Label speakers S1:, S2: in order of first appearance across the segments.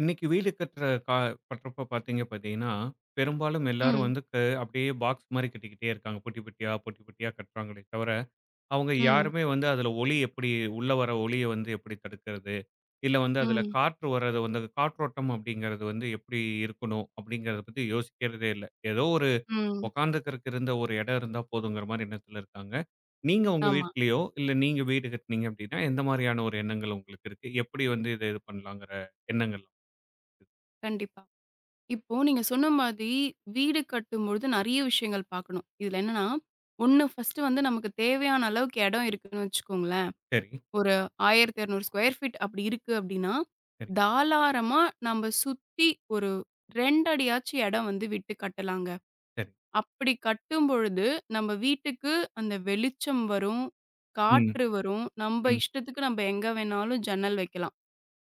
S1: இன்னைக்கு வீடு கட்டுற கட்டுறப்ப பார்த்தீங்கன்னா, பெரும்பாலும் எல்லாரும்
S2: ம்,
S1: வந்து அப்படியே பாக்ஸ் மாரி கட்டிக்கிட்டே இருக்காங்க. பொட்டி பொட்டியா கட்டுறாங்களே தவிர, அவங்க
S2: ம்,
S1: யாருமே வந்து அதில ஒளி எப்படி உள்ள வர ஒளிய வந்து எப்படி தடுக்கிறது? இல்ல வந்து அதில
S2: ம்,
S1: காற்று வர்றது வந்து அது காற்றோட்டம் அப்படிங்கிறது வந்து எப்படி இருக்கணும்? அப்படிங்கிறத பத்தி யோசிக்கிறதே இல்ல. ஏதோ ஒரு
S2: ம்.
S1: உட்காந்துக்கிறதுக்கு இருந்த ஒரு இடம் இருந்தா போதுங்கிற மாரி எண்ணத்தில இருக்காங்க. நீங்க உங்க
S2: ஆமா,
S1: வீட்லயோ, இல்ல நீங்க வீடு கட்டுனீங்க அப்படின்னா, எந்த மாரியான ஒரு எண்ணங்கள் உங்களுக்கு இருக்கு? எப்படி வந்து இத இது பண்ணலாங்கிற எண்ணங்கள்?
S2: கண்டிப்பா. இப்போ நீங்க சொன்ன மாதிரி வீடு கட்டும்பொழுது நெறைய விஷயங்கள் பார்க்கணும். இதுல என்னன்னா, 1 ஃபர்ஸ்ட்டு வந்து நமக்கு தேவையான அளவுக்கு எடம் இருக்குன்னு வச்சுக்கோங்களேன்.
S1: சரி.
S2: ஒரு 1,200 ஸ்கொயர் ஃபீட் அப்படி இருக்கு அப்படின்னா,
S1: சரி,
S2: தாராளமா நம்ம சுத்தி ஒரு 2 அடியாச்சும் எடம் வந்து விட்டு கட்டலாங்க.
S1: சரி.
S2: அப்படி கட்டும்பொழுது நம்ம வீட்டுக்கு அந்த வெளிச்சம் வரும்,
S1: ம்,
S2: காற்று வரும், நம்ப
S1: ம்.
S2: இஷ்டத்துக்கு நம்ம எங்க வேணாலும் ஜன்னல் வைக்கலாம்.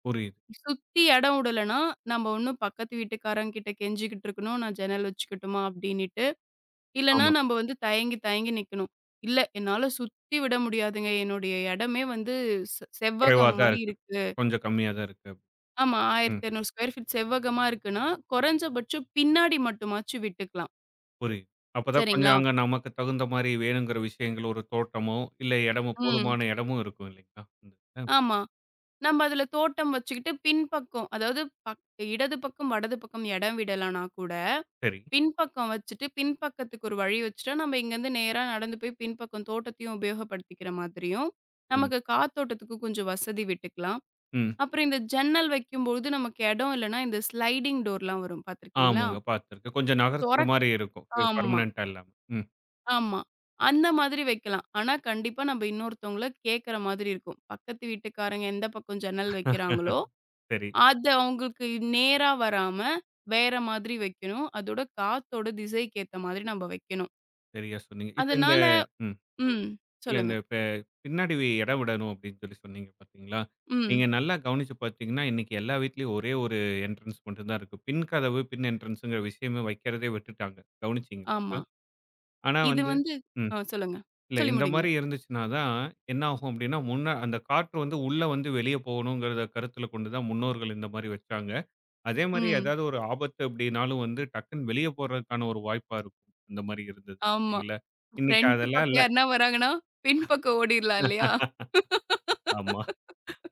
S1: புரியுது.
S2: சுத்தி இடம் விடலன்னா, நம்ம ஒண்ணும் பக்கத்து வீட்டுக்காரங்க கிட்ட கெஞ்சிக்கிட்டு இருக்கணும். "நான் ஜன்னல் வச்சுக்கட்டுமா?" அப்படின்னுட்டு. இல்லன்னா
S1: ஆமா.
S2: நம்ம வந்து தயங்கி தயங்கி நிக்கணும். "இல்ல என்னால சுத்தி விட முடியாதுங்க. என்னுடைய இடமே வந்து
S1: குறைவா
S2: செவ்வகம்
S1: தான்
S2: மாரி
S1: இருக்கு.
S2: இருக்கு."
S1: கொஞ்சம் கம்மியா தான் இருக்கு.
S2: ஆமா
S1: ம்.
S2: 1,200 ஸ்கொயர் ஃபீட் செவ்வகமா இருக்குன்னா, குறைஞ்சபட்சம் பின்னாடி மட்டுமாச்சும் விட்டுக்கலாம்.
S1: புரியுது. அப்பதான் கொஞ்சம்
S2: சரிங்களா?
S1: அங்க நமக்கு தகுந்த மாரி வேணுங்கிற விஷயங்கள் ஒரு தோட்டமோ, இல்ல இடமும்
S2: ம்.
S1: போதுமான இடமும் இருக்கும் இல்லைங்களா? அந்த இதுல.
S2: ஆமா. நம்ம அதுல தோட்டம் வச்சுக்கிட்டு பின்பக்கம், அதாவது பக் இடது பக்கம், வடது பக்கம் இடம் விடலனா கூட
S1: சரி.
S2: பின்பக்கம் வச்சுட்டு, பின்பக்கத்துக்கு ஒரு வழி வச்சுட்டா, நம்ம இங்கேருந்து நேரா நடந்து போய் பின்பக்கம் தோட்டத்தையும் உபயோகப்படுத்திக்கிற மாதிரியும்,
S1: ம்,
S2: நமக்கு காத்தோட்டத்துக்கு கொஞ்சம் வசதி விட்டுக்கலாம்.
S1: ம்.
S2: அப்புறம் இந்த ஜன்னல் வைக்கும்பொழுது நமக்கு இடம் இல்லன்னா, இந்த ஸ்லைடிங் டோர்லாம் வரும் பார்த்துருக்கீங்களா?
S1: ஆமாங்க பார்த்துருக்கேன். கொஞ்சம் நகர்த்துற
S2: தொறக்
S1: மாரி இருக்கும்.
S2: ஆமா,
S1: பெர்மனன்ட்டா இல்லாம. ம்.
S2: ஆமா. அந்த மாதிரி வைக்கலாம். ஆனா, கண்டிப்பா நம்ம இன்னொருத்தவங்கள கேட்கிற மாதிரி இருக்கும். பக்கத்து வீட்டுக்காரங்க எந்த பக்கம் ஜன்னல் வைக்கிறாங்களோ,
S1: சரி.
S2: அது அவங்களுக்கு நேரா வராம, வேற மாதிரி வைக்கணும். அதோட காத்தோட திசைக்கு ஏத்த மாதிரி நம்ம வைக்கணும்.
S1: சரியா சொன்னீங்க. இப்ப இந்த
S2: அதனால
S1: ம்.
S2: ம்.
S1: இல்ல
S2: சொல்லுங்க.
S1: இந்த பின்னாடி இடம் விடணும் அப்படின்னு சொன்னீங்க பார்த்தீங்களா?
S2: ம்.
S1: நீங்க நல்லா கவனிச்சு பார்த்தீங்கன்னா, இன்னைக்கு எல்லா வீட்லயும் ஒரே ஒரு என்ட்ரன்ஸ் மட்டும் தான் இருக்கு. பின் கதவு, பின் என்ட்ரன்ஸ்ங்கிற விஷயமே வைக்கிறதே விட்டுட்டாங்க. கவனிச்சீங்களா
S2: ஆமா.
S1: இப்ப? ஆனா
S2: இது
S1: வந்து
S2: வந்து
S1: ம்.
S2: ஆ சொல்லுங்க.
S1: இல்ல
S2: சொல்லி
S1: இந்த
S2: முடிங்க.
S1: மாரி இருந்துச்சுன்னா தான் என்ன ஆகும் அப்படின்னா, முன்ன அந்த காற்று வந்து உள்ள வந்து வெளிய போகணுங்கிறத கருத்துல கொண்டு தான் முன்னோர்கள் இந்த மாரி வச்சாங்க. அதே மாரி
S2: ம்.
S1: ஏதாவது ஒரு ஆபத்து அப்படின்னாலும் வந்து டக்குன்னு வெளிய போறதுக்கான ஒரு வாய்ப்பா இருக்கும். இந்த மாரி இருந்தது.
S2: ஆமா.
S1: இல்லைங்களா? இன்னைக்கு
S2: ஃப்ரண்ட்
S1: அதெல்லாம்
S2: பக்கம்
S1: இல்ல.
S2: யாருன்னா வராங்கன்னா, பின் பக்கம் ஓடிர்லாம் இல்லையா?
S1: ஆமா.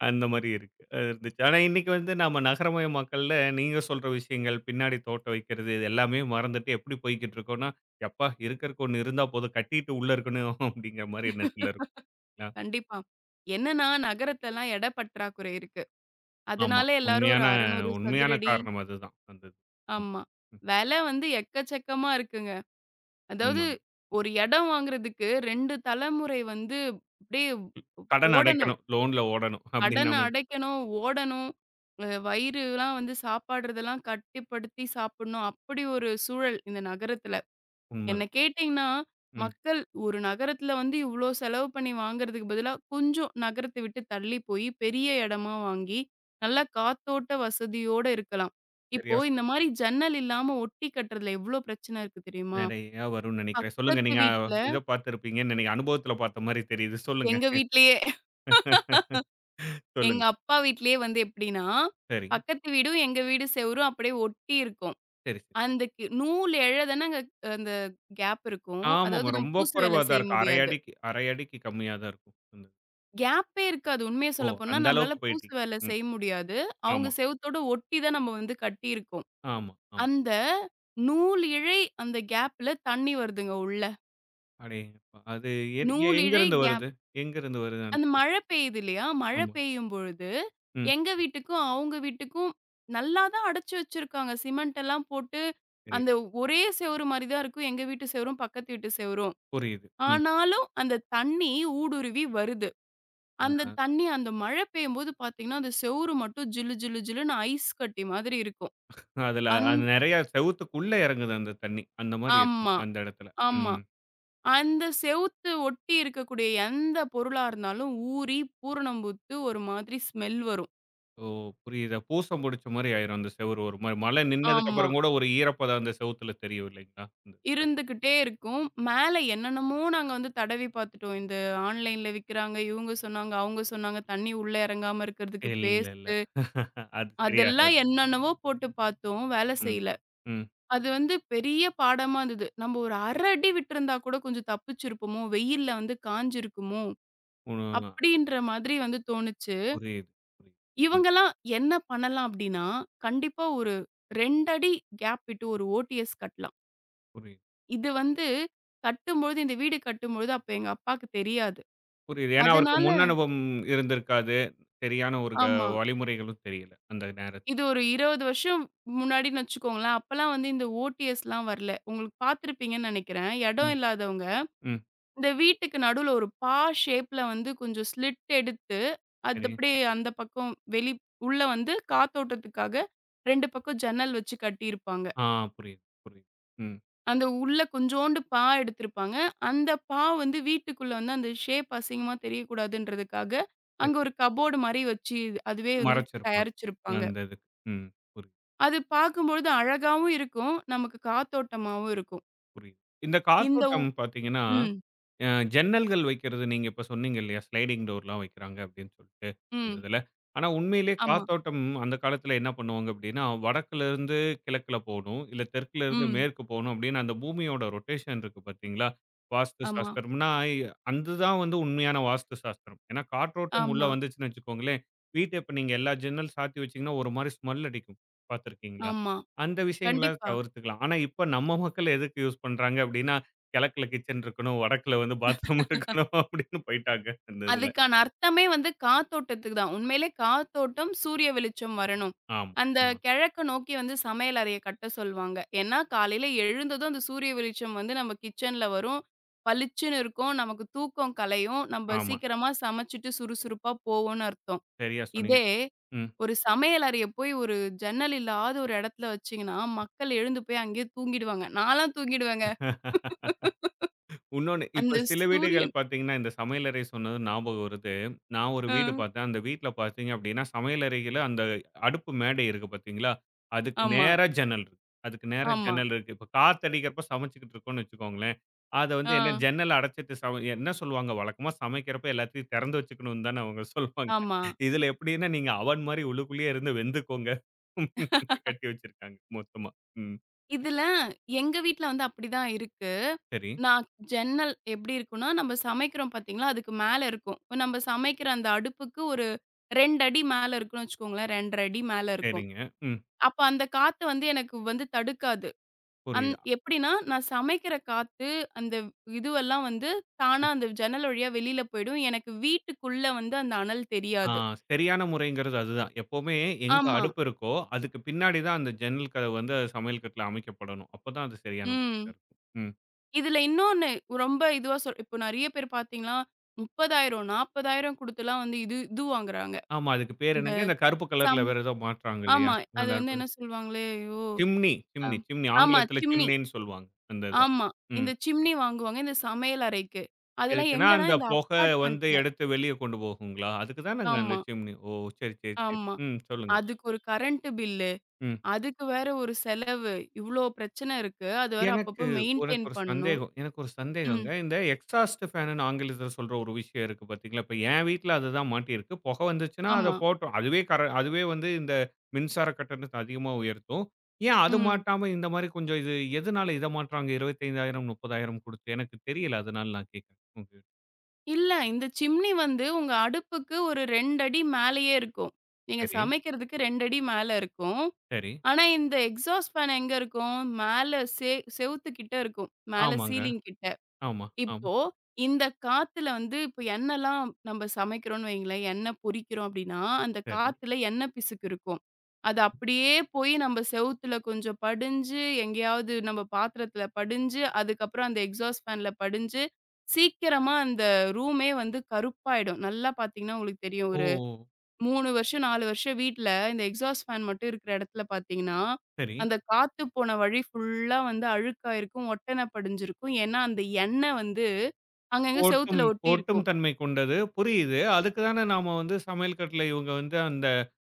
S1: அந்த மாரி இருக்கு. இருந்துச்சு. ஆனா இன்னைக்கு வந்து நாம நகரமயமாக்கல்ல நீங்க சொல்ற விஷயங்கள், பின்னாடி தோட்டம் வைக்கிறது இது எல்லாமே மறந்துட்டு எப்படி போய்க்கிட்டு இருக்கோம்னா, "எப்பா இருக்கறக்கு ஒண்ணு இருந்தா போதும், கட்டிட்டு உள்ள இருக்கணும்." அப்படிங்கிற மாரி எண்ணத்துல இருக்குங்களா?
S2: கண்டிப்பா. என்னன்னா நகரத்தெல்லாம் எட பற்றாக்குறை இருக்கு.
S1: ஆமா.
S2: அதனால எல்லாரும் ஒரு
S1: உண்மையான
S2: 600
S1: உண்மையான
S2: சதுரடி
S1: காரணம் அதுதான். அந்த இது. ம்.
S2: ஆமா. விலை வந்து எக்கச்சக்கமா இருக்குங்க. அதாவது
S1: உண்மதான்.
S2: ஒரு இடம் வாங்குறதுக்கு 2 தலைமுறை வந்து அப்படியே
S1: கடன்
S2: ஓடணும்.
S1: அடைக்கணும். லோன்ல ஓடணும். அப்படின்னு
S2: கடன
S1: நாம
S2: அடைக்கணும், ஓடணும். அ வயிறுலாம் வந்து சாப்பாடுறதெல்லாம் கட்டிப்படுத்தி சாப்பிடணும். அப்படி ஒரு சூழல் இந்த நகரத்துல. என்ன
S1: உண்மதான்.
S2: கேட்டீங்கன்னா,
S1: ம்.
S2: மக்கள் ஒரு நகரத்துல வந்து இவ்ளோ செலவு பண்ணி வாங்குறதுக்கு பதிலா, கொஞ்சம் நகரத்த விட்டு தள்ளி போய், பெரிய இடமா வாங்கி, நல்ல காத்தோட்ட வசதியோட இருக்கலாம். இப்போ
S1: சரியா
S2: இந்த
S1: சொன்னீங்க.
S2: மாரி ஜன்னல் இல்லாம ஒட்டி கட்டுறதுல எவ்ளோ பிரச்சனை இருக்கு தெரியுமா?
S1: நெறையா வரும்னு நெனைக்கிறேன். சொல்லுங்க.
S2: பக்கத்து
S1: நீங்க
S2: வீட்ல
S1: இத பார்த்திருப்பீங்கன்னு நெனை அனுபவத்துல பார்த்த மாரி தெரியுது. சொல்லுங்க.
S2: எங்க வீட்லயே எங்க
S1: சொல்லுங்க.
S2: அப்பா வீட்லயே வந்து எப்படின்னா,
S1: சரி.
S2: பக்கத்து வீடும், எங்க வீடு செவுரும் அப்படியே ஒட்டி இருக்கும்.
S1: சரி, சரி.
S2: அந்த நூல் எழதான அங்க அந்த கேப் இருக்கும்.
S1: ஆமாமா.
S2: அதாவது நம்ம
S1: ரொம்ப
S2: பூசு வேலை
S1: குறைவா தான்
S2: செய்ய
S1: இருக்கும். 1/2
S2: முடியாது.
S1: அடிக்கு 1/2 அடிக்கு கம்மியா தான் இருக்கும். அந்த
S2: கேப்பே இருக்காது. உண்மைய
S1: ஓ!
S2: சொல்லப்போனா,
S1: அந்த
S2: நம்மளால
S1: அளவுக்கு
S2: பூசு
S1: போயிட்டீங்க.
S2: வேலை
S1: ம்.
S2: செய்ய முடியாது. அவங்க
S1: ஆமா,
S2: செவுத்தோட ஒட்டி தான் நம்ம வந்து கட்டியிருக்கோம்.
S1: ஆமா, ஆமா.
S2: அந்த நூல் இழை அந்த கேப்ல தண்ணி வருதுங்க உள்ள.
S1: அடேங்கப்பா! அது எ
S2: நூல் இழை
S1: எங்கருந்து வருது?
S2: கேப்
S1: எங்கருந்து வருது அந்த
S2: அந்த
S1: மாதிரி?
S2: மழை பெய்யுது இல்லையா? மழை
S1: ஆமா.
S2: பெய்யும் பொழுது,
S1: ம்.
S2: எங்க வீட்டுக்கும், அவங்க வீட்டுக்கும் நல்லா தான் அடைச்சு வச்சிருக்காங்க. சிமெண்ட் எல்லாம் போட்டு,
S1: சரி.
S2: அந்த ஒரே செவுரு மாரி தான் இருக்கும். எங்க வீட்டு செவுரும், பக்கத்து வீட்டு செவுரும்.
S1: புரியுது. ம்.
S2: ஆனாலும் அந்த தண்ணி ஊடுருவி வருது. அந்த
S1: அ
S2: தண்ணி அந்த மழை பெய்யும்போது பார்த்தீங்கன்னா, அந்த செவுரு மட்டும் ஜிலு ஜிலு ஜிலுன்னு ஐஸ் கட்டி மாதிரி இருக்கும்.
S1: அதுல
S2: அந்
S1: அது நெறைய செவுத்துக்குள்ள இறங்குது அந்த தண்ணி. அந்த மாரி இருக்கும்
S2: ஆமா,
S1: அந்த இடத்துல.
S2: ஆமா.
S1: ம்.
S2: அந்த செவுத்து ஒட்டி இருக்கக்கூடிய எந்த பொருளா இருந்தாலும் ஊறி பூரணம் பூத்து ஒரு மாதிரி ஸ்மெல் வரும்.
S1: ஓ! புரியுது. பூசம் புடிச்ச மாரி ஆயிரும் அந்த செவுரு ஒரு மாரி. மழை நின்னதுக்கு
S2: ஆமா.
S1: அப்புறம் கூட ஒரு ஈரப்பதம் அந்த செவுத்துல தெரியும் இல்லைங்களா? இந்த-
S2: இருந்துகிட்டே இருக்கும். மேல என்னென்னமோ நாங்க வந்து தடவி பார்த்துட்டோம். இந்த ஆன்லைன்ல விக்கிறாங்க, இவங்க சொன்னாங்க, அவங்க சொன்னாங்க, தண்ணி உள்ள இறங்காம இருக்கிறதுக்கு
S1: இல்ல, இல்ல.
S2: பேஸ்ட்டு,
S1: அது
S2: அதெல்லாம்
S1: சரியாகாது.
S2: என்னென்னவோ போட்டு பார்த்தோம். வேலை
S1: ம்.
S2: செய்யல.
S1: ம்.
S2: அது வந்து பெரிய பாடமா இருந்தது. நம்ம ஒரு 1/2 அடி விட்டிருந்தா கூட கொஞ்சம் தப்பிச்சிருப்போமோ! வெயில்ல வந்து காய்ஞ்சிருக்குமோ!
S1: உ
S2: அப்பிடின்ற மாதிரி வந்து தோணுச்சு.
S1: புரியுது, புரியுது. ம்.
S2: இவங்கலாம் என்ன பண்ணலாம் அப்பிடின்னா, கண்டிப்பா ஒரு 2 அடி கேப் விட்டு ஒரு ஓடிஎஸ் கட்டலாம்.
S1: புரியுது,
S2: இது வந்து கட்டும்பொழுது இந்த வீடு கட்டும்பொழுது அப்ப எங்க அப்பாக்கு தெரியாது.
S1: புரியுது. ஏன்னா அவருக்கு
S2: அதனால
S1: முன் அனுபவம் இருந்திருக்காது. சரியான ஒரு
S2: ஆமா.
S1: வழிமுறைகளும் தெரியல. அந்த
S2: இது ஒரு 20 வருஷம் முன்னாடின்னு வச்சுக்கோங்களேன். அப்பலாம் வந்து இந்த ஓடிஎஸ்லாம் வரல. உங்களுக்கு பார்த்துருப்பீங்கன்னு நெனைக்கிறேன். இடம்
S1: ம்.
S2: இல்லாதவங்க,
S1: ம்.
S2: இந்த வீட்டுக்கு நடுவுல ஒரு பா ஷேப்ல வந்து கொஞ்சம் ஸ்லிட் எடுத்து, அது
S1: சரி.
S2: அப்படியே அந்த பக்கம் வெளி உள்ள வந்து காத்தோட்டத்துக்காக 2 பக்கம் ஜன்னல் வச்சு கட்டியிருப்பாங்க.
S1: ஆ புரியுது, புரியுது. ம்.
S2: அந்த உள்ள கொஞ்சோண்டு பா எடுத்திருப்பாங்க. அந்த பா வந்து வீட்டுக்குள்ள வந்து அந்த ஷேப் அசிங்கமா தெரியக்கூடாதுன்றதுக்காக,
S1: சரி.
S2: அங்க ஒரு கபோர்டு மாரி வச்சு அதுவே வந்து
S1: மறைச்சிருப்பாங்க.
S2: தயாரிச்சிருப்பாங்க.
S1: அந்த இதுக்கு. ம். புரியுது,
S2: அது பார்க்கும்பொழுது அழகாவும் இருக்கும். நமக்கு காத்தோட்டமாவும் இருக்கும்.
S1: புரியுது. இந்த
S2: இந்த
S1: காத்தோட்டம் பார்த்தீங்கன்னா
S2: ம்,
S1: அ ஜன்னல்கள் வைக்கிறது நீங்க இப்ப சொன்னீங்க இல்லையா? ஸ்லைடிங் டோர்லாம் வைக்கிறாங்க அப்படின்னு சொல்லிட்டு, அந்த
S2: ம்.
S1: இதுல. ஆனா உண்மையிலேயே
S2: ஆமா.
S1: காத்தோட்டம் அந்த காலத்துல என்ன பண்ணுவாங்க அப்படின்னா, வடக்குலேருந்து கிழக்குல போணும், இல்ல தெற்குலேருந்து
S2: ம்.
S1: மேற்கு போணும் அப்படின்னு அந்த பூமியோட ரொட்டேஷன் இருக்கு பார்த்தீங்களா? வாஸ்து
S2: ஆமா,
S1: சாஸ்திரம்னா, அது தான் வந்து உண்மையான வாஸ்து சாஸ்திரம். ஏன்னா காற்றோட்டம் உள்ள
S2: ஆமா,
S1: வந்துச்சுன்னு வச்சுக்கோங்களேன், வீட்ட இப்ப நீங்க எல்லா ஜன்னல் சாத்தி வச்சீங்கன்னா ஒரு மாரி ஸ்மெல் அடிக்கும். பார்த்துருக்கீங்களா?
S2: ஆமா.
S1: அந்த விஷயங்கள
S2: கண்டிப்பா.
S1: தவிர்த்துக்கலாம். ஆனா இப்ப நம்ம மக்கள் எதுக்கு யூஸ் பண்றாங்க அப்படின்னா, கிழக்குல கிச்சன் இருக்கணும். வடக்குல வந்து பாத்ரூம் இருக்கணும் அப்படின்னு போயிட்டாங்க அந்த இதுல.
S2: அதுக்கான அர்த்தமே வந்து காத்தோட்டத்துக்கு தான். உண்மையிலே காத்தோட்டம், சூரிய வெளிச்சம் வரணும்.
S1: ஆமா,
S2: அந்த
S1: ஆமா,
S2: கிழக்க நோக்கி வந்து சமையல் அறைய கட்ட சொல்வாங்க. ஏன்னா, காலையில எழுந்ததும் அந்த சூரிய வெளிச்சம் வந்து நம்ம கிச்சன்ல வரும். பளிச்சுன்னு இருக்கும். நமக்கு தூக்கம் கலையும். நம்ம
S1: ஆமா.
S2: சீக்கிரமா சமைச்சுட்டு சுறுசுறுப்பா போவோம்னு அர்த்தம்.
S1: சரியா சொன்னீங்க.
S2: இதே
S1: ம்.
S2: ஒரு சமையல் அறைய போய் ஒரு ஜன்னல் இல்லாத ஒரு இடத்துல வச்சீங்கன்னா, மக்கள் எழுந்து போய் அங்கேயே தூங்கிடுவாங்க. நான்லாம் தூங்கிடுவேங்க.
S1: இன்னொன்னு, இப்ப
S2: அந்த
S1: சில வீடுகள்
S2: சூரியன்
S1: பார்த்தீங்கன்னா, இந்த சமையலறை சொன்னது ஞாபகம் வருது. நான் ஒரு
S2: அ
S1: வீடு பார்த்தேன். அந்த வீட்ல பார்த்தீங்க அப்படின்னா, சமையலறையில அந்த அடுப்பு மேடை இருக்கு பார்த்தீங்களா? அதுக்கு
S2: ஆமா,
S1: நேரா ஜன்னல் இருக்கு. அதுக்கு நேரா
S2: ஆமா,
S1: ஜன்னல் இருக்கு. இப்ப காத்தடிக்கிறப்ப சமைச்சுக்கிட்டு இருக்கோம்னு வச்சுக்கோங்களேன், அத வந்து என்ன
S2: ஆ,
S1: ஜன்னல அடைச்சிட்டு என்ன சொல்லுவாங்க? வழக்கமா சமைக்கிறப்ப எல்லாத்தையும் திறந்து வச்சுக்கணும்னு தானே அவங்க சொல்லுவாங்க.
S2: ஆமா.
S1: இதுல எப்படின்னா, நீங்க அவன் மாரி உள்ளுக்குள்ளேயே இருந்து வெந்துக்கோங்க. அப்படின்னு கட்டி வச்சிருக்காங்க மொத்தமா. ம்.
S2: இதுல எங்க வீட்ல வந்து அப்படிதான் இருக்கு.
S1: சரி,
S2: நான் ஜன்னல் எப்படி இருக்கும்னா, நம்ம சமைக்கிறோம் பார்த்தீங்களா, அதுக்கு மேல இருக்கும். நம்ம சமைக்கிற அந்த அடுப்புக்கு ஒரு 2 அடி மேல இருக்குன்னு வச்சுக்கோங்களேன். 2 1/2 அடி மேல இருக்கும்.
S1: சரிங்க. ம்.
S2: அப்ப அந்த காத்து வந்து எனக்கு வந்து தடுக்காது. அந்
S1: புரியுது.
S2: எப்படின்னா, நான் சமைக்கிற காத்து, அந்த இதுவெல்லாம் வந்து தானா அந்த ஜன்னல் வழியா வெளியில போயிடும். எனக்கு வீட்டுக்குள்ள வந்து அந்த அனல்
S1: ஆ
S2: தெரியாது.
S1: சரியான முறைங்கிறது அதுதான். எப்பவுமே எங்க
S2: ஆமா.
S1: அடுப்பு இருக்கோ, அதுக்கு பின்னாடி தான் அந்த ஜன்னல் கதவு வந்து சமையல் கட்டுல அமைக்கப்படணும். அப்பதான் அது சரியான முறையில
S2: ம்.
S1: இருக்கும். ம்.
S2: இதுல இன்னொன்னு ரொம்ப இதுவா சொல் இப்போ நெறைய பேர் பார்த்தீங்கன்னா, 30,000, 40,000 குடுத்துலாம் வந்து இது இது வாங்குறாங்க.
S1: ஆமா அதுக்கு பேர்
S2: இந்த
S1: என்னங்க? இந்த கருப்பு
S2: சம்
S1: கலர்ல வேற ஏதோ மாட்டுறாங்க இல்லையா?
S2: ஆமா. அது
S1: அந்த
S2: வந்து
S1: அடுப்பு
S2: என்ன சொல்லுவாங்களே, ஐயோ!
S1: சிம்னி
S2: ஆ.
S1: சிம்னி சிம்னி
S2: ஆமா
S1: ஆங்கிலத்தில
S2: சிம்னி.
S1: சிம்னின்னு சொல்லுவாங்க. அந்த இத.
S2: ஆமா.
S1: ம்.
S2: இந்த சிம்னி வாங்குவாங்க, இந்த சமையல் அறைக்கு. அதெல்லாம்
S1: எதுக்குன்னா
S2: எங்கன்னா
S1: அந்த
S2: இந்த
S1: புகை வந்து
S2: அப்பார்ட்மெண்ட்ல.
S1: எடுத்து வெளிய கொண்டு போகுங்களா? அதுக்கு தானங்க அந்த
S2: ஆமா,
S1: சிம்னி. ஓ! சரி, சரி, சரி.
S2: ஆமா.
S1: ம். சொல்லுங்க.
S2: அதுக்கு ஒரு கரண்ட் பில்லு,
S1: ம்.
S2: அதுக்கு வேற ஒரு செலவு. இவ்ளோ பிரச்சனை இருக்கு. அது வேற
S1: எனக்கு
S2: அப்பப்போ
S1: உனக்கு
S2: மெயின்டெயின்
S1: ஒரு
S2: பண்ணணும்.
S1: சந்தேகம். எனக்கு ஒரு
S2: ம்.
S1: சந்தேகங்க. இந்த எக்ஸாஸ்ட் ஃபேனுன்னு ஆங்கிலத்தில சொல்ற ஒரு விஷயம் இருக்கு பார்த்தீங்களா? இப்ப என் வீட்ல அதுதான் மாட்டியிருக்கு. புகை வந்துச்சுன்னா அத
S2: ஆமா.
S1: போட்ரும். அதுவே வந்து இந்த மின்சார கட்டணத்த அதிகமா உயர்த்தும். ஏன் அது
S2: ம்.
S1: மாட்டாம இந்த மாரி கொஞ்சம் இது எதனால இத மாட்றாங்க 25,000 30,000 குடுத்து? எனக்கு தெரியல. அதனால நான் கேட்கிறேன். ம்.
S2: இல்ல. இந்த சிம்னி வந்து உங்க அடுப்புக்கு ஒரு 2 அடி மேலேயே இருக்கும். நீங்க
S1: சரி,
S2: சமைக்கிறதுக்கு 2 அடி மேல இருக்கும்.
S1: சரி.
S2: ஆனா, இந்த எக்ஸாஸ்ட் ஃபேன் எங்க இருக்கும்? மேல செவுத்து கிட்ட இருக்கும். மேல
S1: ஆமாங்க.
S2: சீலிங் கிட்ட.
S1: ஆமா, ஆமா.
S2: இப்போ இந்த காத்துல வந்து இப்ப எண்ணெய்லாம் நம்ம சமைக்கிறோம்னு வைங்களேன், எண்ணெய் பொரிக்கிறோம் அப்டின்னா, அந்த
S1: சரி.
S2: காத்துல எண்ணெய் பிசுக்கு இருக்கும். அது அப்படியே போய் நம்ம செவுத்துல கொஞ்சம் படிஞ்சு, எங்கேயாவது நம்ம பாத்திரத்துல படிஞ்சு, அதுக்கப்புறம் அந்த எக்ஸாஸ்ட் ஃபேன்ல படிஞ்சு, சீக்கிரமா அந்த ரூமே வந்து கருப்பாயிடும். நல்லா பாத்தீங்கன்னா உங்களுக்கு தெரியும்.
S1: ஓ!
S2: 3 வருஷம், 4 வருஷம் வீட்ல இந்த எக்ஸாஸ்ட் ஃபேன் மட்டும் இருக்கிற இடத்துல பார்த்தீங்கன்னா,
S1: சரி.
S2: அந்த காத்து போன வழி ஃபுல்லா வந்து அழுக்காயிருக்கும், ஒட்டன படிஞ்சிருக்கும். ஏன்னா, அந்த எண்ணெய் வந்து அங்கங்க
S1: ஒட்டும்
S2: செவுத்துல
S1: ஒட்டும்
S2: ஒட்டியிருக்கும்.
S1: தன்மை கொண்டது. புரியுது. அதுக்கு தானே நாம வந்து சமையல் கட்டுல இவங்க வந்து அந்த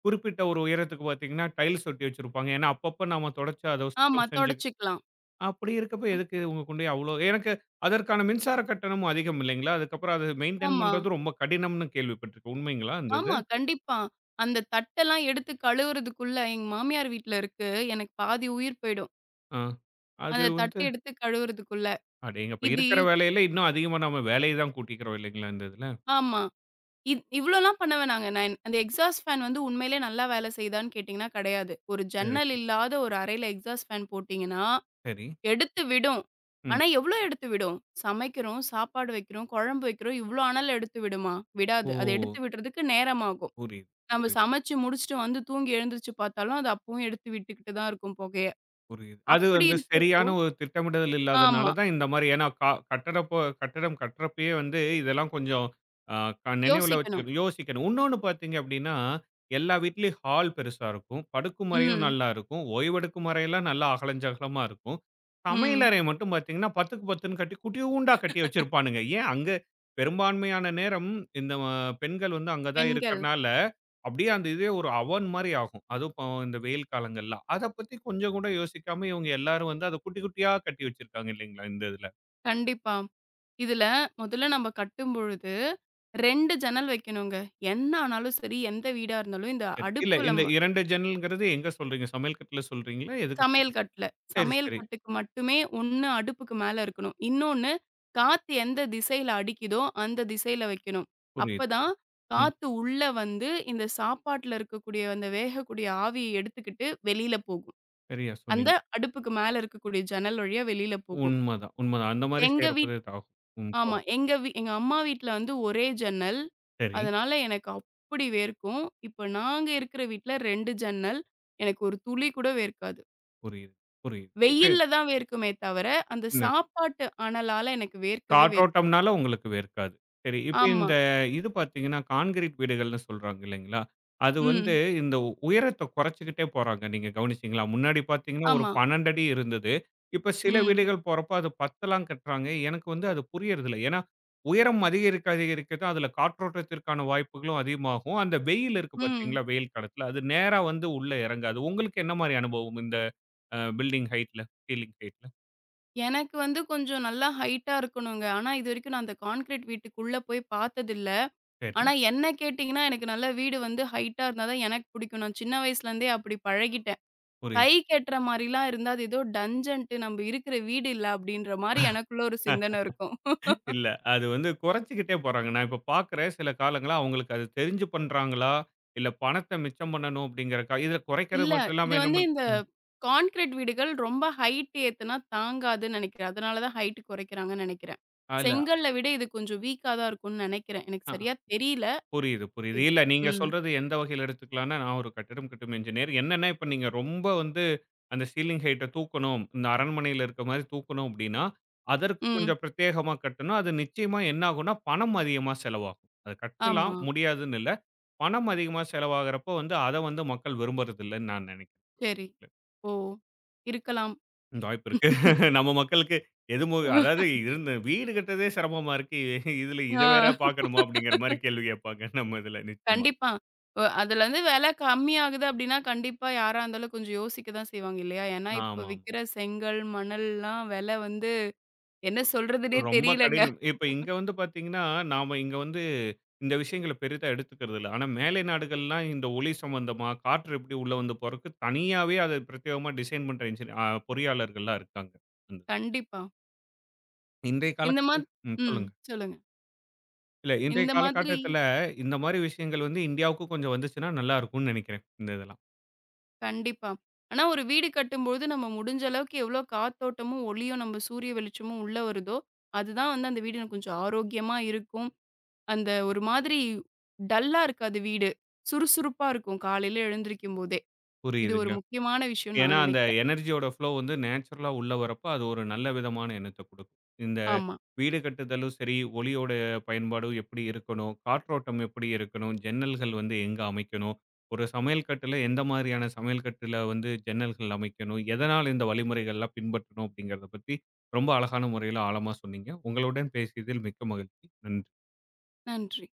S1: குறிப்பிட்ட ஒரு உயரத்துக்கு பார்த்தீங்கன்னா, டைல்ஸ் ஒட்டி வச்சிருப்பாங்க. ஏன்னா, அப்பப்ப நாம தொடச்சு அத
S2: ஆமா,
S1: சுத்தம் செஞ்சு
S2: தொடச்சுக்கலாம்.
S1: அப்படி இருக்கப்ப
S2: அ
S1: எதுக்கு இவங்க கொண்டு போய் அவ்வளோ எனக்கு அதற்கான மின்சார கட்டணமும் அதிகம் இல்லைங்களா? அதுக்கப்புறம் அத மெயின்டெயின்
S2: ஆமா,
S1: பண்றது ரொம்ப கடினம்னு கேள்விப்பட்டுருக்கேன். உண்மைங்களா அந்த இது?
S2: ஆமா, கண்டிப்பா. அந்த தட்டெல்லாம் எடுத்து கழுவுறதுக்குள்ள எங்க மாமியார் வீட்ல இருக்கு. எனக்கு பாதி உயிர் போயிடும்.
S1: ஆ. அது
S2: அந்த தட்ட
S1: வந்து
S2: எடுத்து கழுவுறதுக்குள்ள.
S1: அடேங்கப்பா!
S2: இது
S1: இருக்கிற வேலையில இன்னும் அதிகமா நம்ம வேலைய தான் கூட்டிக்கிறோம் இல்லைங்களா இந்த இதுல?
S2: ஆமா. இவ்ளோலாம் பண்ண வேணாங்க. நான் அந்த எக்ஸாஸ்ட் ஃபேன் வந்து உண்மையிலே நல்லா வேலை செய்யுதான்னு கேட்டீங்கன்னா, கிடையாது. ஒரு
S1: சரி,
S2: ஜன்னல் இல்லாத ஒரு அறையில எக்ஸாஸ்ட் ஃபேன் போட்டீங்கன்னா,
S1: சரி.
S2: எடுத்து விடும்.
S1: ம்.
S2: ஆனா, எவ்ளோ எடுத்து விடும்? சமைக்கிறோம், சாப்பாடு வைக்கிறோம், குழம்பு வைக்கிறோம். இவ்ளோ அனல் எடுத்து விடுமா? விடாது.
S1: ஓ!
S2: அது எடுத்து விடுறதுக்கு நேரமாகும்.
S1: புரியுது,
S2: நம்ம
S1: புரியுது.
S2: சமைச்சு முடிச்சுட்டு வந்து தூங்கி எழுந்திரிச்சு பார்த்தாலும், அது அப்பவும் எடுத்து விட்டுக்கிட்டு தான் இருக்கும் புகைய.
S1: புரியுது. அது
S2: அப்படி
S1: வந்து
S2: இருக்கிறப்போ
S1: சரியான ஒரு திட்டமிடுதல் இல்லாதனால
S2: ஆமா.
S1: தான் இந்த மாரி ஏன்னா கா கட்டடப்போ கட்டடம் கட்றப்பயே வந்து இதெல்லாம் கொஞ்சம் அ க நினைவுல
S2: யோசிக்கணும்.
S1: வச்சுக்கணும், யோசிக்கணும். உன்னொன்னு பார்த்தீங்க அப்டின்னா, எல்லா வீட்லயும் ஹால் பெருசா இருக்கும். படுக்கும் அறையும்
S2: ம்,
S1: நல்லா இருக்கும். ஓய்வெடுக்கும் அறையெல்லாம் நல்லா அகலஞ்சகலமா இருக்கும்.
S2: ம்.
S1: சமையலறை மட்டும் பார்த்தீங்கன்னா, 10க்கு 10ன்னு கட்டி குட்டியூண்டா கட்டி வச்சிருப்பானுங்க. ஏன் அங்க பெரும்பான்மையான நேரம் இந்த பெண்கள் வந்து அங்க தான்
S2: பெண்கள்.
S1: இருக்கறனால அப்படியே அந்த இதே ஒரு அவன் மாரி ஆகும். அதுவும் இப்போ இந்த வெயில் காலங்கள்ல. அத பத்தி கொஞ்சம் கூட யோசிக்காம இவங்க எல்லாரும் வந்து அத குட்டி குட்டியா கட்டி வச்சிருக்காங்க இல்லைங்களா? இந்த இதுல.
S2: கண்டிப்பா. இதுல முதல்ல நம்ம கட்டும்பொழுது 2 ஜன்னல் வைக்கணுங்க. என்ன ஆனாலும் சரி, எந்த வீடா இருந்தாலும் இந்த
S1: சரி. இல்ல
S2: அடுப்புல
S1: இந்த
S2: ம
S1: 2 ஜன்னல்ங்கிறது எங்க சொல்றீங்க? சமையல் கட்டுல சொல்றீங்களா? எதுக்கு சொல்றீங்க?
S2: சமையல் கட்டுல.
S1: சரி,
S2: சமையல்
S1: சரி.
S2: கட்டுக்கு மட்டுமே 1 அடுப்புக்கு மேல இருக்கணும். இன்னொன்னு காத்து எந்த திசையில அடிக்குதோ, அந்த திசையில வைக்கணும்.
S1: புரியுது.
S2: அப்பதான்
S1: ம்.
S2: காத்து உள்ள வந்து இந்த சாப்பாட்டுல இருக்கக்கூடிய அந்த வேகக்கூடிய ஆவிய எடுத்துக்கிட்டு வெளியில போகும்.
S1: சரியா
S2: அந்த
S1: சொன்னீங்க.
S2: அடுப்புக்கு மேல இருக்கக்கூடிய ஜன்னல் வழியா வெளியில போகும்.
S1: உண்மதான், உண்மதான். அந்த மாரி
S2: எங்க
S1: செய்யறப்ப தான்
S2: வீட்ல
S1: இதாகும். ம்.
S2: ஆமா.
S1: போறோம்.
S2: எங்க அம்மா வீட்ல வந்து ஒரே ஜன்னல்.
S1: சரி.
S2: அதனால எனக்கு அப்படி வேர்க்கும். இப்ப நாங்க இருக்கிற வீட்ல 2 ஜன்னல். எனக்கு ஒரு துளி கூட வேர்க்காது.
S1: புரியுது, புரியுது. இப்ப
S2: வெயில்ல தான் வேர்க்குமே தவிர, அந்த சாப்பாட்டு அனலால எனக்கு வேர்க்கவே வேர்க்காது.
S1: காற்றோட்டம்னால உங்களுக்கு வேர்க்காது. சரி, இப்ப
S2: ஆமா.
S1: இந்த இது பார்த்தீங்கன்னா, கான்கிரீட் வீடுகள்னு சொல்றாங்க இல்லைங்களா? அது வந்து
S2: ம்.
S1: இந்த உயரத்த குறைச்சுக்கிட்டே போறாங்க. நீங்க கவனிச்சீங்களா? முன்னாடி பார்த்தீங்கன்னா, ஒரு
S2: ஆமா.
S1: 12 அடி இருந்தது. இப்ப சில
S2: ம்.
S1: வீடுகள் போறப்ப அது 10லாம் கட்டுறாங்க. எனக்கு வந்து அது புரியறதில்ல. ஏன்னா, உயரம் அதிகரிக்க அதிகரிக்க தான் அதில காற்றோட்டத்திற்கான வாய்ப்புகளும் அதிகமாகும். அந்த வெயில் இருக்கு
S2: ம்.
S1: பார்த்தீங்களா? வெயில் காலத்தில அது நேரா வந்து உள்ள இறங்காது. உங்களுக்கு என்ன மாரி அனுபவம் இந்த பில்டிங் ஹைட்ல, சீலிங் ஹைட்ல?
S2: எனக்கு வந்து கொஞ்சம் நல்லா ஹைட்டா இருக்கணுங்க. ஆனா இதுவரைக்கும் நான் அந்த கான்கிரீட் வீட்டுக்குள்ள போய் பார்த்ததில்ல.
S1: சரி,
S2: ஆனா என்ன கேட்டீங்கன்னா, எனக்கு நல்லா வீடு வந்து ஹைட்டா இருந்தா தான் எனக்கு பிடிக்கும். நான் சின்ன வயசுலேருந்தே அப்படி பழகிட்டேன்.
S1: புரியுது.
S2: கைக்கு எட்டுற மாரிலாம் இருந்தா, அது ஏதோ டஞ்சன்ட்டு நம்ப இருக்கிற வீடு இல்ல அப்டின்ற மாரி எனக்குள்ள ஒரு சிந்தனை இருக்கும்.
S1: இல்ல. அது வந்து குறைச்சுக்கிட்டே போறாங்க. நான் இப்ப பார்க்கிறேன் சில காலங்களா அவங்களுக்கு அது தெரிஞ்சு பண்றாங்களா? இல்ல பணத்த மிச்சம் பண்ணணும் அப்படிங்கிறக்கா இத குறைக்கிறது
S2: இல்ல,
S1: மட்டும் இல்லாம
S2: இது
S1: என்ன
S2: வந்து
S1: பண்
S2: இந்த
S1: ம்.
S2: கான்கிரீட் வீடுகள் ரொம்ப ஹைட் ஏத்துனா தாங்காதுன்னு நெனைக்கிறேன். அதனால தான் ஹைட் குறைக்கிறாங்கன்னு நெனைக்கிறேன்.
S1: ஆ, இல்ல
S2: செங்கல்ல விட இது கொஞ்சம் வீக்கா தான் இருக்கும்னு நெனைக்கிறேன். எனக்கு
S1: அ
S2: சரியா தெரியல.
S1: புரியுது, புரியுது. இல்ல நீங்க
S2: ம்,
S1: சொல்றது எந்த வகையில எடுத்துக்கலாம்னா, நான் ஒரு கட்டிடம் கட்டும் என்ஜினியர். என்னன்னா இப்ப நீங்க ரொம்ப வந்து அந்த சீலிங் ஹைட்ட தூக்கணும். இந்த அரண்மனையில இருக்க மாரி தூக்கணும் அப்படின்னா, அதற்கு
S2: ம்.
S1: கொஞ்சம் பிரத்யேகமா கட்டணும். அது நிச்சயமா என்ன ஆகும்னா, பணம் அதிகமா செலவாகும். அது கட்டலாம்
S2: ஆமா.
S1: முடியாதுன்னு இல்ல. பணம் அதிகமா செலவாகுறப்போ வந்து அத வந்து மக்கள் விரும்புறதில்லன்னு நான் நினைக்கிறேன்.
S2: சரி. ஓ! இருக்கலாம்.
S1: இந்த வாய்ப்பு இருக்கு. நம்ம மக்களுக்கு எது அதாவது இருந்த வீடு கட்டுறதே சிரமமா இருக்கு. இ- இதுல இத வேற
S2: ஆ.
S1: பார்க்கணுமா? அப்படிங்கிற மாரி கேள்வி கேட்பாங்க நம்ம இதுல நிச்சயமா.
S2: கண்டிப்பா. அதுலருந்து விலை கம்மியாகுது அப்டின்னா, கண்டிப்பா யாரா இருந்தாலும் கொஞ்சம் யோசிக்க தான் செய்வாங்க இல்லையா? ஏன்னா, இப்ப
S1: ஆமாமா.
S2: விக்கிற செங்கல், மணல்லாம் விலை வந்து என்ன சொல்றதுன்னே
S1: ரொம்ப
S2: தெரியலங்க.
S1: கடினம். இப்ப இங்க வந்து பார்த்தீங்கன்னா, நாம இங்க வந்து இந்த விஷயங்கள பெரிதா எடுத்துக்கிறது இல்ல. ஆனா மேலை நாடுகள்லாம் இந்த ஒளி சம்பந்தமா, காற்று எப்படி உள்ள வந்து போறக்கு தனியாவே அத பிரத்யேகமா டிசைன் பண்ற இன்ஜினி அ பொறியாளர்கள்லாம் இருக்காங்க. ம்.
S2: கண்டிப்பா.
S1: இன்றைய
S2: இந்த
S1: காலகட்ட ம்
S2: ம்.
S1: சொல்லுங்க.
S2: சொல்லுங்க.
S1: இல்ல இன்றைய
S2: இந்த மாதிரி
S1: காலகட்டத்தில இந்த மாரி விஷயங்கள் வந்து இந்தியாவுக்கும் கொஞ்சம் வந்துச்சுன்னா நல்லா இருக்கும்னு நினைக்கிறேன். இந்த இதுல.
S2: கண்டிப்பா. ஆனா, ஒரு வீடு கட்டும்பொழுது நம்ம முடிஞ்ச அளவுக்கு எவ்ளோ காத்தோட்டமும், ஒளியும், நம்ம சூரிய வெளிச்சமும் உள்ள வருதோ, அதுதான் வந்து அந்த வீடு எனக்கு கொஞ்சம் ஆரோக்கியமா இருக்கும். அந்த ஒரு மாதிரி டல்லா இருக்காது வீடு. சுறுசுறுப்பா இருக்கும் காலையில எழுந்திரிக்கும்போதே. இது ஒரு
S1: புரியுதுங்க.
S2: முக்கியமான விஷயம்னு
S1: ஏன்னா,
S2: நான்
S1: அந்த
S2: நினைக்கிறேன்.
S1: எனர்ஜியோட ஃப்ளோ வந்து நேச்சுரலா உள்ள வரப்ப, அது ஒரு நல்ல விதமான எண்ணத்த குடுக்கும். இந்த
S2: ஆமா.
S1: வீடு கட்டுதலும் சரி, ஒளியோட பயன்பாடும் எப்படி இருக்கணும்? காற்றோட்டம் எப்படி இருக்கணும்? ஜன்னல்கள் வந்து எங்க அமைக்கணும்? ஒரு சமையல் கட்டுல எந்த மாதிரியான சமையல் கட்டுல வந்து ஜன்னல்கள் அமைக்கணும்? எதனால இந்த வழிமுறைகள்லாம் பின்பற்றணும்? அப்படிங்கிறத பத்தி ரொம்ப அழகான முறையில ஆழமா சொன்னீங்க. உங்களுடன் பேசியதில் மிக்க மகிழ்ச்சி. நன்றி.
S2: நன்றி.